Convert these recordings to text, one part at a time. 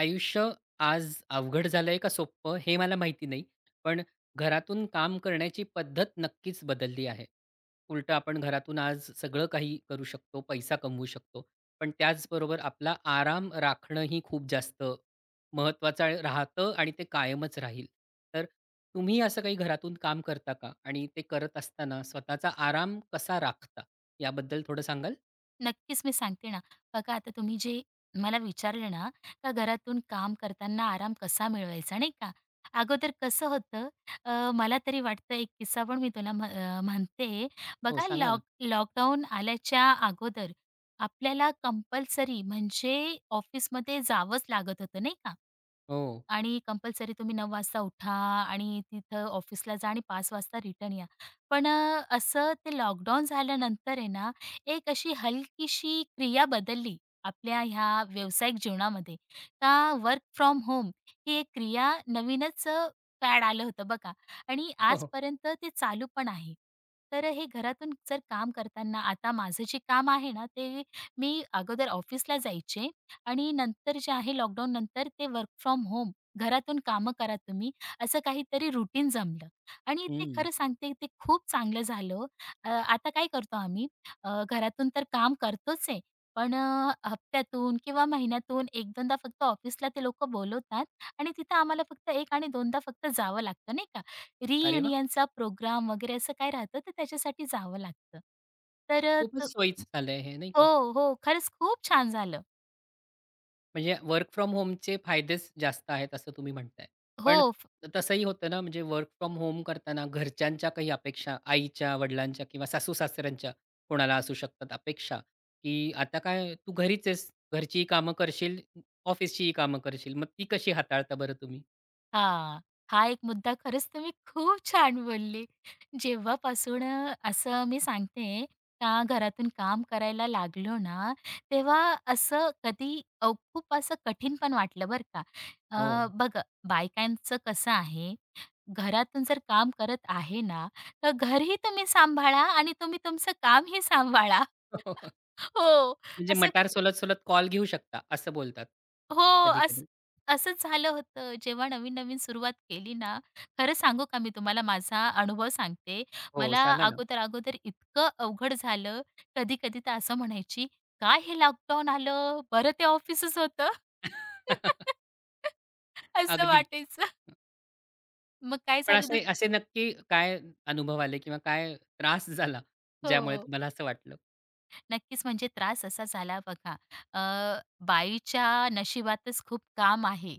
आयुष्य आज अवघड झालंय का सोपं हे मला माहिती नाही. पण घरातून काम करण्याची पद्धत नक्कीच बदलली आहे. उलटं आपण घरातून आज सगळं काही करू शकतो, पैसा कमवू शकतो. पण त्याचबरोबर आपला आराम राखणंही खूप जास्त राहतं आणि ते कायमच राहील. तर तुम्ही असं काही घरातून काम करता का? आणि ते करत असताना स्वतःचा आराम कसा राखता? याबद्दल थोडं सांगाल? नक्कीच मी सांगते ना. बघा आता तुम्ही जे मला विचारले ना, का घरातून काम करताना आराम कसा मिळवायचा नाही का. अगोदर कसं होतं मला तरी वाटतं एक किस्सा पण मी तुला म्हणते. हो, बघा सांगा ना. लॉकडाऊन आल्याच्या अगोदर आपल्याला कंपल्सरी म्हणजे ऑफिसमध्ये जावंच लागत होतं नाही का. हो. आणि कंपल्सरी तुम्ही 9 वाजता उठा आणि तिथं ऑफिसला जा आणि 5 वाजता रिटर्न या. पण असं ते लॉकडाऊन झाल्यानंतर आहे ना, एक अशी हलकीशी क्रिया बदलली आपल्या ह्या व्यावसायिक जीवनामध्ये. का वर्क फ्रॉम होम ही एक क्रिया नवीनच आलं होतं बघा आणि हो. आजपर्यंत ते चालू पण आहे. तर हे घरातून जर काम करताना आता माझं जे काम आहे ना, ते मी अगोदर ऑफिसला जायचे आणि नंतर जे आहे लॉकडाऊननंतर ते वर्क फ्रॉम होम घरातून कामं करा तुम्ही, असं काहीतरी रुटीन जमलं आणि ते हं. खरं सांगते ते खूप चांगलं झालं हो. आता काय करतो आम्ही, घरातून तर काम करतोच आहे, पण हप्त्यातून किंवा महिन्यातून 1-2दा फक्त ऑफिसला ते लोकं बोलवतात आणि तिथं आम्हाला फक्त 1 आणि 2दा फक्त जावं लागतं नाही का. अरे, रियुनियनचा प्रोग्राम वगैरे असं काय राहतं तर त्याच्यासाठी जावं लागतं. तर अ, खूपच त सोयीचं झालंय हे नाही का? हो, हो. खरंच खूप छान झालं. म्हणजे वर्क फ्रॉम होमचे फायदेच जास्त आहेत असं तुम्ही म्हणताय. पण हो. तसंही होतं ना, म्हणजे वर्क फ्रॉम होम करताना घरच्यांच्या काही अपेक्षा, आईच्या, वडिलांच्या किंवा सासू-सासऱ्यांच्या कोणाला असू शकतात अपेक्षा, की आता काय तू घरीच आहेस, घरचीही कामं करशील, ऑफिसचीही कामं करशील. मग ती कशी हाताळता बरं तुम्ही? हां, हा एक मुद्दा खरंच तुम्ही खूप छान बोलले. जेव्हापासून असं मी सांगते का घरातून काम करायला लागलो ना, तेव्हा असं कधी खूप असं कठीण पण वाटलं बरं का. हो. बघा बायकांचं कसं आहे, घरातून जर काम करत आहे ना, तर घरही तुम्ही सांभाळा आणि तुम्ही तुमचं कामही सांभाळा. हो, म्हणजे असं मटार सोलत-सोलत कॉल घेऊ शकता असं बोलतात. हो, कधी-कधी. असं असंच झालं होतं. जेव्हा नवीन-नवीन सुरुवात केली ना, खरं सांगू का मी तुम्हाला माझा अनुभव सांगते. हो, मला सांगा ना. अगोदर-अगोदर इतकं अवघड झालं, कधी-कधी तर असं म्हणायची, "काय हे लॉकडाऊन आलं, बरं ते ऑफिसच होतं." असं अगदी. वाटायचं. मग काय पण झालं असे असे नक्की काय अनुभव आले किंवा काय त्रास झाला, ज्यामुळे हो. तुम्हाला असं वाटलं? नक्कीच म्हणजे त्रास असा झाला बघा, अ, बाईच्या नशिबातच खूप काम आहे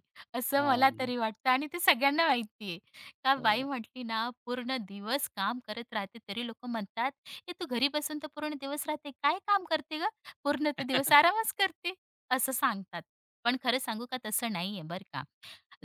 अ, असं मला तरी वाटतं आणि ते सगळ्यांना माहिती आहे. का बाई हो, म्हटली ना पूर्ण दिवस काम करत राहते तरी लोक म्हणतात, ए तू घरी बसून तर पूर्ण दिवस राहते काय काम करते ग, पूर्ण तर दिवस आरामच करते, असं सांगतात. पण खरं सांगू का तसं नाहीये बरं का.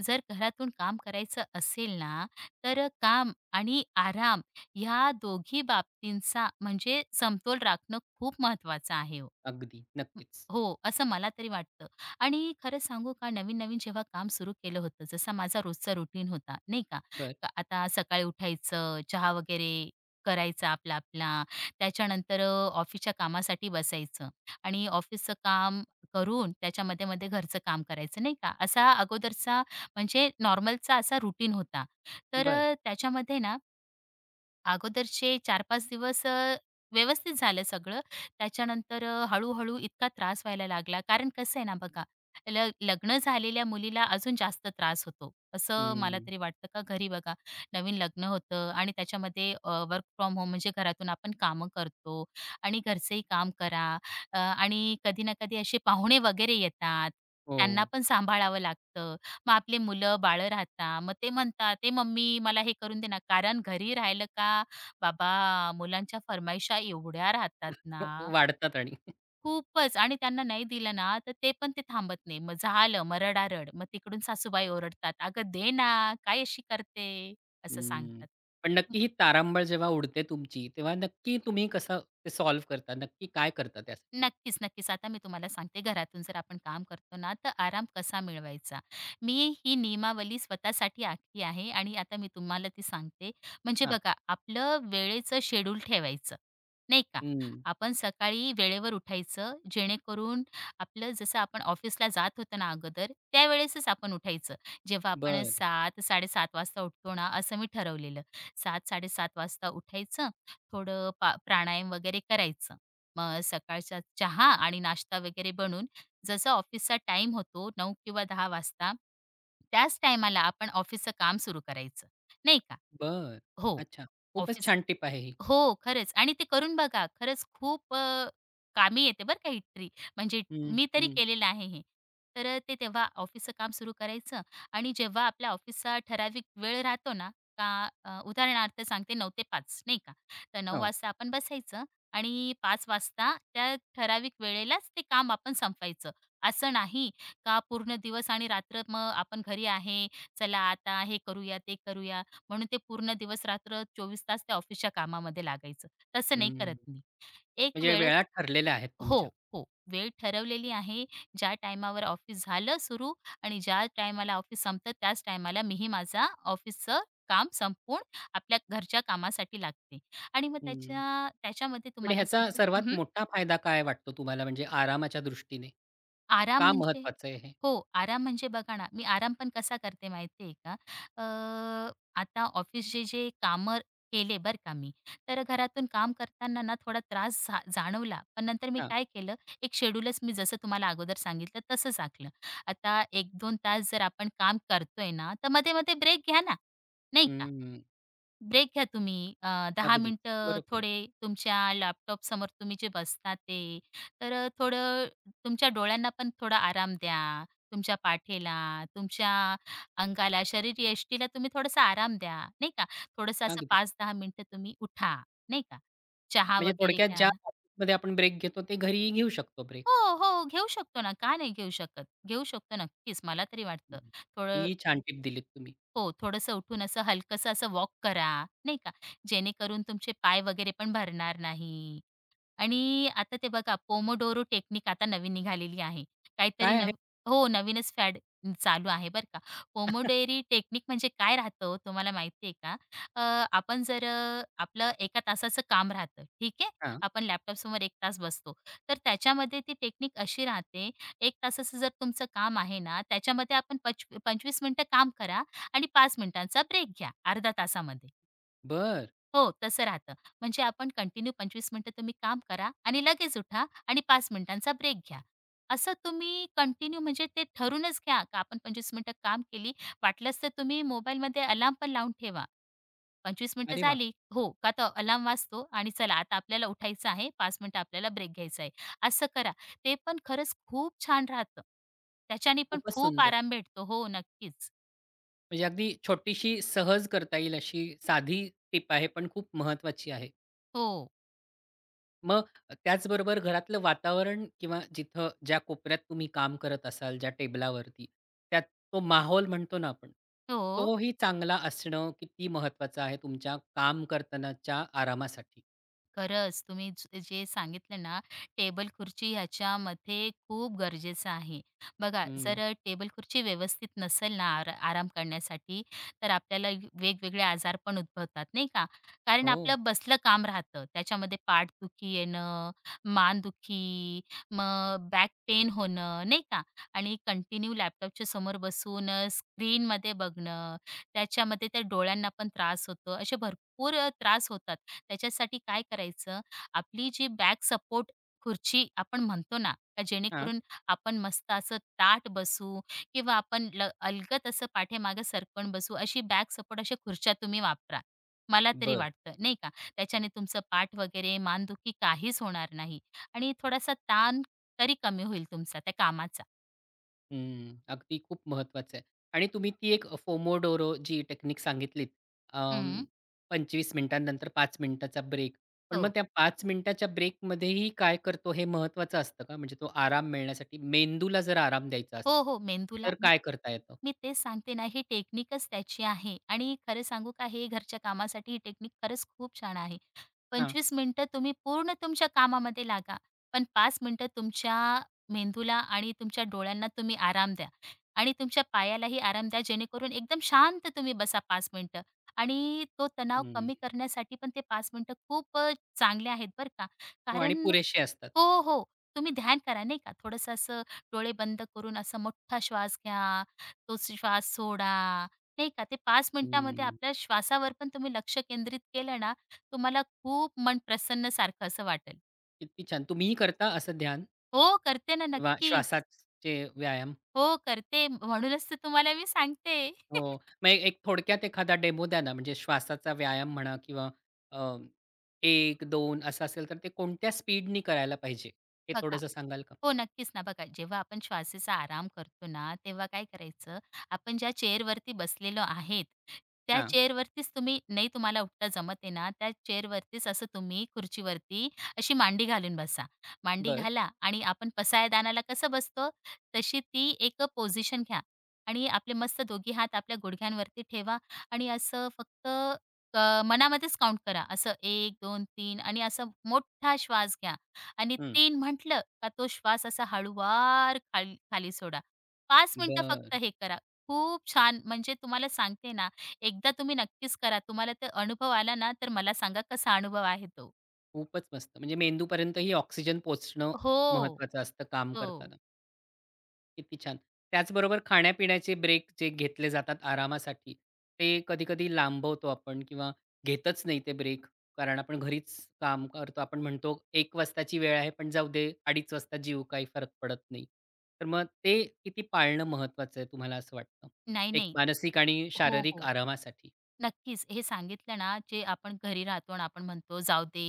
जर घरातून काम करायचं असेल ना, तर काम आणि आराम ह्या दोघी बाबतींचा म्हणजे समतोल राखणं खूप महत्त्वाचं आहे हो. अगदी. हं, नक्कीच. हो, असं मला तरी वाटतं. आणि खरं सांगू का नवीन-नवीन जेव्हा काम सुरू केलं होतं, जसा माझा रोजचा रुटीन होता, नाही का. बरं, तर आता सकाळी उठायचं, चहा वगैरे करायचा आपला-आपला. त्याच्यानंतर ऑफिसच्या कामासाठी बसायचं आणि ऑफिसचं काम करून त्याच्यामध्ये मध्ये घरचं काम करायचं, नाही का. असा अगोदरचा म्हणजे नॉर्मलचा असा रुटीन होता. तर बरं. त्याच्यामध्ये ना अगोदरचे 4-5 दिवस व्यवस्थित झालं सगळं. त्याच्यानंतर हळू-हळू इतका त्रास व्हायला लागला. कारण कसं आहे ना बघा, लग्न झालेल्या मुलीला अजून जास्त त्रास होतो. असं मला हं. तरी वाटतं का घरी बघा, नवीन लग्न होतं आणि त्याच्यामध्ये वर्क फ्रॉम होम म्हणजे घरातून आपण कामं करतो आणि घरचंही काम करा, आणि कधी ना कधी असे पाहुणे वगैरे येतात. त्यांना हो. पण सांभाळावं लागतं. मग आपले मुलं-बाळं राहतात. मग ते म्हणतात, "ए मम्मी मला हे करून दे ना." कारण घरी राहिलं का, बाबा, मुलांच्या फरमाईशा एवढ्या राहतात हो, ना, वाढतात आणि खूपच, आणि त्यांना नाही दिलं ना, तर ते पण ते थांबत नाही. मग झालं, मग रडारड. मग तिकडून सासूबाई ओरडतात, "अगं दे ना, काय अशी करते?" असं हं. सांगतात. पण नक्की ही तारांबळ जेव्हा उडते तुमची, तेव्हा नक्की तुम्ही कसं ते सॉल्व्ह करता? नक्की काय करता त्यासाठी? नक्कीच, नक्कीच. आता मी तुम्हाला सांगते घरातून जर आपण काम करतो ना, तर आराम कसा मिळवायचा. मी ही नियमावली स्वतःसाठी आखली आहे आणि आता मी तुम्हाला ती सांगते. म्हणजे हां. बघा, आपलं वेळेचं शेड्यूल ठेवायचं, नाही का. हं. आपण सकाळी वेळेवर उठायचं, जेणेकरून आपलं जसं आपण ऑफिसला जात होतो ना अगोदर, त्यावेळेसच आपण उठायचं. जेव्हा आपण बरं, 7:00-7:30 वाजता उठतो ना, असं मी ठरवलेलं. 7:00-7:30 वाजता उठायचं, थोडं प्राणायाम वगैरे करायचं. मग सकाळचा चहा आणि नाश्ता वगैरे बनून जसा ऑफिसचा टाइम होतो 9 किंवा 10 वाजता, त्याच टायमाला आपण ऑफिसचं काम सुरू करायचं, नाही का? बरं. हो, अच्छा. खूपच ऑफिस छान टिप आहे ही. हो, खरंच आणि ते करून बघा. खरंच खूप कामी येते बरं का ही ट्रिक. म्हणजे हं, मी तरी हं. केलेलं आहे हे. तर ते तेव्हा ऑफिसचं काम सुरू करायचं आणि जेव्हा आपल्या ऑफिसचा ठराविक वेळ राहतो ना, का उदाहरणार्थ सांगते 9:00 ते 5:00 नाही का. तर 9:00 हो. वाजता आपण बसायचं आणि 5:00 वाजता त्या ठराविक वेळेलाच ते काम आपण संपवायचं. असं नाही का पूर्ण दिवस आणि रात्र मग आपण घरी आहे, चला आता हे करूया, ते करूया. म्हणून ते पूर्ण दिवस-रात्र 24 तास त्या ऑफिसच्या कामामध्ये लागायचं. तसं नाही हं. करत मी. एक म्हणजे वेळेस वेळा ठरलेल्या आहेत हो, तुमच्या. हो. वेळ ठरवलेली आहे. ज्या टायमावर ऑफिस झालं सुरू आणि ज्या टायमाला ऑफिस संपतं त्याच टायमाला मीही माझा ऑफिसचं काम संपवून आपल्या घरच्या कामासाठी लागते. आणि मग हं. त्याच्यामध्ये पण तुम्हाला ह्याचा सांगते सर्वात हं. मोठा फायदा काय वाटतो तुम्हाला म्हणजे आरामाच्या दृष्टीने? आराम का म्हणजे महत्वाचं आहे हे? हो, आराम म्हणजे बघा ना, मी आराम पण कसा करते माहिती आहे का? अ, आता ऑफिसचे जे कामं केले बरं का मी, तर घरातून काम करताना ना थोडा त्रास जाणवला. पण नंतर मी हां. काय केलं, एक शेड्यूलच मी जसं तुम्हाला अगोदर सांगितलं तसंच आखलं. आता एक दोन तास जर आपण काम करतोय ना, तर मध्ये-मध्ये ब्रेक घ्या ना, नाही का? हं. ब्रेक घ्या तुम्ही. 10 अगदीच. मिनिटं बरोबर आहे. थोडे तुमच्या लॅपटॉपसमोर तुम्ही जे बसता ते. तर थोडं तुमच्या डोळ्यांना पण थोडा आराम द्या. तुमच्या पाठीला, तुमच्या अंगाला, शरीरयष्टीला तुम्ही थोडासा आराम द्या, नाही का. थोडंसं असं अगदी. 5-10 मिनिटं तुम्ही उठा, नाही का. चहा म्हणजे वगैरे थोडक्यात घ्या. ज्या ऑफिसमध्ये आपण ब्रेक घेतो ते घरीही घेऊ शकतो ब्रेक. हो, हो. घेऊ शकतो ना, का नाही घेऊ शकत? घेऊ शकतो नक्कीच. मला तरी हं. वाटतं. थोडं ही छान टिप दिलीत तुम्ही. हो, थोडंसं उठून असं हलकंसं असं वॉक करा, नाही का. जेणेकरून तुमचे पाय वगैरे पण भरणार नाही. आणि आता ते बघा पोमोडोरो टेक्निक आता नवीन निघालेली आहे. काहीतरी काय आहे? नव हो, नवीनच फॅड चालू आहे बरं का. पोमोडोरी टेक्निक म्हणजे काय राहतं ओ, तुम्हाला माहिती आहे का? आपण जर आपलं एका तासाचं काम राहतं, ठीक आहे? हां. आपण लॅपटॉपसमोर 1 तास बसतो. तर त्याच्यामध्ये ती टेक्निक अशी राहते, 1 तासाचं जर तुमचं काम आहे ना, त्याच्यामध्ये आपण 25 मिनिटं काम करा आणि 5 मिनिटांचा ब्रेक घ्या अर्ध्या तासामध्ये. बरं. हो, तसं राहतं. म्हणजे आपण कंटिन्यू 25 मिनिटं तुम्ही काम करा आणि लगेच उठा आणि 5 मिनिटांचा ब्रेक घ्या. असं तुम्ही कंटिन्यू म्हणजे ते ठरूनच घ्या का आपण 25 मिनिटं काम केली. वाटलंच तर तुम्ही मोबाईलमध्ये अलार्म पण लावून ठेवा. 25 मिनिटं अरे वाह! झाली, हो का तो अलार्म वाजतो आणि चला आता आपल्याला उठायचं आहे, 5 मिनिटं आपल्याला ब्रेक घ्यायचा आहे. असं करा. ते पण खरंच खूप छान राहतं. त्याच्याने पण खूपच खूप सुंदर. आराम भेटतो. हो, नक्कीच. म्हणजे अगदी छोटीशी सहज करता येईल अशी साधी टिप आहे, पण खूप महत्वाची आहे. हो. मग त्याचबरोबर घरातलं वातावरण किंवा जिथं ज्या कोपऱ्यात तुम्ही काम करत असाल, ज्या टेबलावरती, त्यात तो माहोल म्हणतो ना आपण, हो. तोही चांगला असणं किती महत्त्वाचं आहे तुमच्या काम करतानाच्या आरामासाठी? खरंच तुम्ही जे सांगितलं ना टेबल खुर्ची ह्याच्यामध्ये खूप गरजेचं आहे. बघा हं. जर टेबल खुर्ची व्यवस्थित नसेल ना आराम करण्यासाठी तर आपल्याला वेगवेगळे आजार पण उद्भवतात नाही का. कारण हो. आपलं बसलं काम राहतं त्याच्यामध्ये पाठदुखी येणं, मानदुखी, मग बॅक पेन होणं नाही का, आणि कंटिन्यू लॅपटॉपच्या समोर बसून स्क्रीनमध्ये बघणं त्याच्यामध्ये त्या डोळ्यांना पण त्रास होतो, असे भरपूर त्रास होतात. त्याच्यासाठी काय करायचं, आपली जी बॅक सपोर्ट खुर्ची आपण म्हणतो ना, का हां. जेणेकरून आपण मस्त असं ताठ बसू किंवा आपण अलगद असं पाठीमागे सरकून बसू, अशी बॅक सपोर्ट अशा खुर्च्या तुम्ही वापरा. मला तरी बरं. वाटतं, नाही का. त्याच्याने तुमचं पाठ वगैरे, मानदुखी काहीच होणार नाही आणि थोडासा ताण तरी कमी होईल तुमचा त्या कामाचा. हं, अगदी खूप महत्वाचं आहे. आणि तुम्ही ती एक फोमोडोरो जी टेक्निक सांगितलीत अं, हं. 25 मिनिटांनंतर 5 मिनिटाचा ब्रेक. पण मग हो. त्या 5 मिनिटाच्या ब्रेकमध्येही काय करतो हे महत्वाचं असतं का? म्हणजे तो आराम मिळण्यासाठी मेंदूला जर आराम द्यायचा असेल, हो, हो. मेंदूला तर काय करता येतं? मी तेच सांगते ना, ही टेक्निकच त्याची आहे आणि खरं सांगू का हे घरच्या कामासाठी ही टेक्निक खरंच खूप छान आहे. हां, 25 मिनिटं तुम्ही पूर्ण तुमच्या कामामध्ये लागा, पण 5 मिनिटं तुमच्या मेंदूला आणि तुमच्या डोळ्यांना तुम्ही आराम द्या आणि तुमच्या पायालाही आराम द्या, जेणेकरून एकदम शांत तुम्ही बसा 5 मिनिटं आणि तो तणाव हं. कमी करण्यासाठी पण ते 5 मिनिटं खूप चांगले आहेत बरं का. हो आणि कारण पुरेसे असतात. हो, हो. तुम्ही ध्यान करा नाही का. थोडंसं असं डोळे बंद करून असा मोठा श्वास घ्या, तो श्वास सोडा, नाही का. ते 5 मिनिटामध्ये हं, आपल्या श्वासावर पण तुम्ही लक्ष केंद्रित केलं ना, तुम्हाला खूप मन प्रसन्नसारखं असं वाटेल. किती छान. तुम्हीही करता असं ध्यान हो, करते ना किंवा नक्कीच. श्वासाचे व्यायाम? हो, करते म्हणूनच तर तुम्हाला मी सांगते. हो. मग एक एक थोडक्यात एखादा डेमो द्या ना, म्हणजे श्वासाचा व्यायाम म्हणा किंवा अ, एक दोन असं असेल तर ते कोणत्या स्पीडनी करायला पाहिजे? हे बघा थोडंसं सांगाल का? हो, नक्कीच ना. बघा, जेव्हा आपण श्वासाचा आराम करतो ना, तेव्हा काय करायचं, आपण ज्या चेअरवरती बसलेलो आहेत, त्या हां. चेअरवरतीच तुम्ही नाही तुम्हाला उठता जमत आहे ना, त्या चेअरवरतीच असं तुम्ही खुर्चीवरती अशी मांडी घालून बसा. मांडी बरं. घाला आणि आपण पसायदानाला कसं बसतो, तशी ती एक पोझिशन घ्या आणि आपले मस्त दोघी हात आपल्या गुडघ्यांवरती ठेवा आणि असं फक्त मनामध्येच काउंट करा. असं 1, 2, 3 आणि असं मोठा श्वास घ्या. आणि हं. 3 म्हटलं का तो श्वास असा हळूवार खाली खाली सोडा. 5 मिनिटं बरं. फक्त हे करा. खूप छान म्हणजे तुम्हाला सांगते ना, एकदा तुम्ही नक्कीच करा. तुम्हाला ते अनुभव आला ना, तर मला सांगा कसा अनुभव आहे तो. खूपच मस्त. म्हणजे मेंदूपर्यंत ही ऑक्सिजन पोहोचणं हो, महत्वाचं असतं काम हो. करताना. किती छान. त्याचबरोबर खाण्यापिण्याचे ब्रेक जे घेतले जातात आरामासाठी, ते कधी-कधी लांबवतो आपण किंवा घेतच नाही ते ब्रेक. कारण आपण घरीच काम करतो. आपण म्हणतो 1 वाजताची वेळ आहे, पण जाऊ दे 2:30 वाजता जीव काही फरक पडत नाही. तर मग ते किती पाळणं महत्वाचं आहे तुम्हाला असं वाटतं? नाही, एक नाही. मानसिक आणि हो, शारीरिक हो. आरामासाठी. नक्कीच. हे सांगितलं ना, जे आपण घरी राहतो आणि आपण म्हणतो, "जाऊ दे,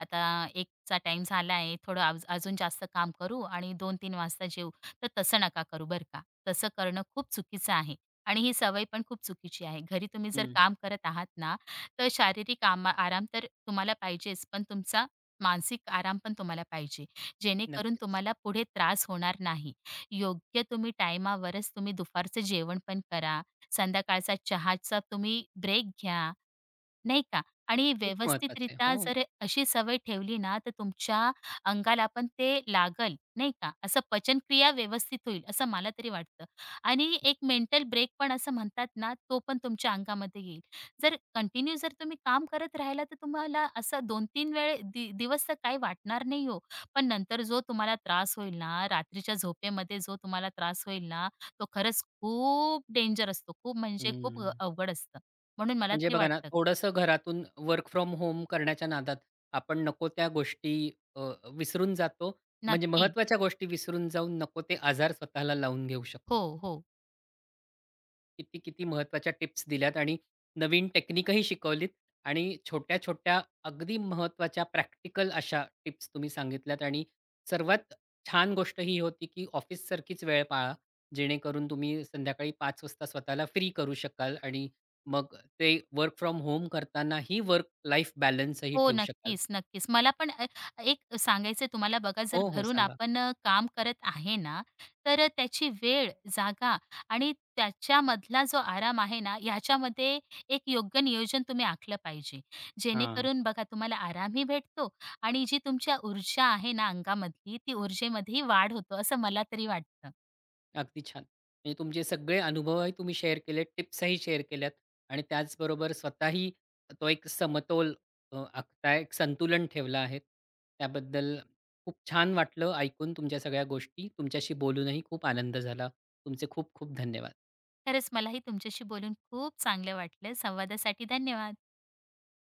आता 1चा टाईम झाला आहे, थोडं आज अजून जास्त काम करू आणि 2-3 वाजता जेवू." तर तसं नका करू बरं का. तसं करणं खूप चुकीचं आहे आणि ही सवय पण खूप चुकीची आहे. घरी तुम्ही जर हं. काम करत आहात ना, तर शारीरिक आराम तर तुम्हाला पाहिजेच, पण तुमचा मानसिक आराम पण तुम्हाला पाहिजे, जेणेकरून नक्कीच. तुम्हाला पुढे त्रास होणार नाही. योग्य तुम्ही टाईमावरच तुम्ही दुपारचं जेवण पण करा, संध्याकाळचा चहाचा तुम्ही ब्रेक घ्या. नाही का? आणि खूप महत्वाचं आहे. व्यवस्थितरित्या हो. जर अशी सवय ठेवली ना, तर तुमच्या अंगाला पण ते लागल, नाही का? असं पचनक्रिया व्यवस्थित होईल, असं मला तरी वाटतं. आणि एक मेंटल ब्रेक पण असं म्हणतात ना, तो पण तुमच्या अंगामध्ये येईल. जर कंटिन्यू जर तुम्ही काम करत राहिला, तर तुम्हाला असं 2-3 वेळ दिवस तर काही वाटणार नाही हो. पण नंतर जो तुम्हाला त्रास होईल ना, रात्रीच्या झोपेमध्ये जो तुम्हाला त्रास होईल ना, तो खरंच खूप डेंजर असतो. खूप म्हणजे खूप हं. अवघड असतं. म्हणून मला म्हणजे तरी बघा ना, वाटतं. थोडंसं घरातून वर्क फ्रॉम होम करण्याच्या नादात आपण नको त्या गोष्टी अ, विसरून जातो. म्हणजे नक्की. महत्त्वाच्या गोष्टी विसरून जाऊन नको ते आजार स्वतःला लावून घेऊ हो, शकतो. हो. किती, किती महत्त्वाच्या टिप्स दिल्यात आणि नवीन टेक्निकही शिकवलीत आणि छोट्या-छोट्या अगदी महत्त्वाच्या प्रॅक्टिकल अशा टिप्स तुम्ही सांगितल्यात आणि सर्वात छान गोष्ट ही होती, की ऑफिससारखीच वेळ पाळा, जेणेकरून तुम्ही संध्याकाळी 5 वाजता स्वतःला फ्री करू शकाल आणि मग ते वर्क फ्रॉम होम करतानाही वर्क लाईफ बॅलन्सही हो, ठेवू शकाल. नक्कीच, नक्कीच. मला पण एक सांगायचंय तुम्हाला बघा जर हो, हो, घरून सांगा. आपण काम करत आहे ना, तर त्याची वेळ, जागा आणि त्याच्यामधला जो आराम आहे ना, ह्याच्यामध्ये एक योग्य नियोजन तुम्ही आखलं पाहिजे. हां. जेणेकरून बघा तुम्हाला आरामही भेटतो आणि जी तुमच्या ऊर्जा आहे ना अंगामधली, ती ऊर्जेमध्येही वाढ होतो, असं मला तरी वाटतं. अगदी छान. म्हणजे तुमचे सगळे अनुभवही तुम्ही शेअर केलेत, टिप्सही शेअर केल्यात आणि त्याचबरोबर स्वतःही तो एक समतोल आखताय, एक संतुलन ठेवलं आहे. त्याबद्दल खूप छान वाटलं ऐकून तुमच्या सगळ्या गोष्टी. तुमच्याशी बोलूनही खूप आनंद झाला. तुमचे खूप खूप धन्यवाद. खरंच मलाही तुमच्याशी बोलून खूप चांगलं वाटलं. संवादासाठी धन्यवाद.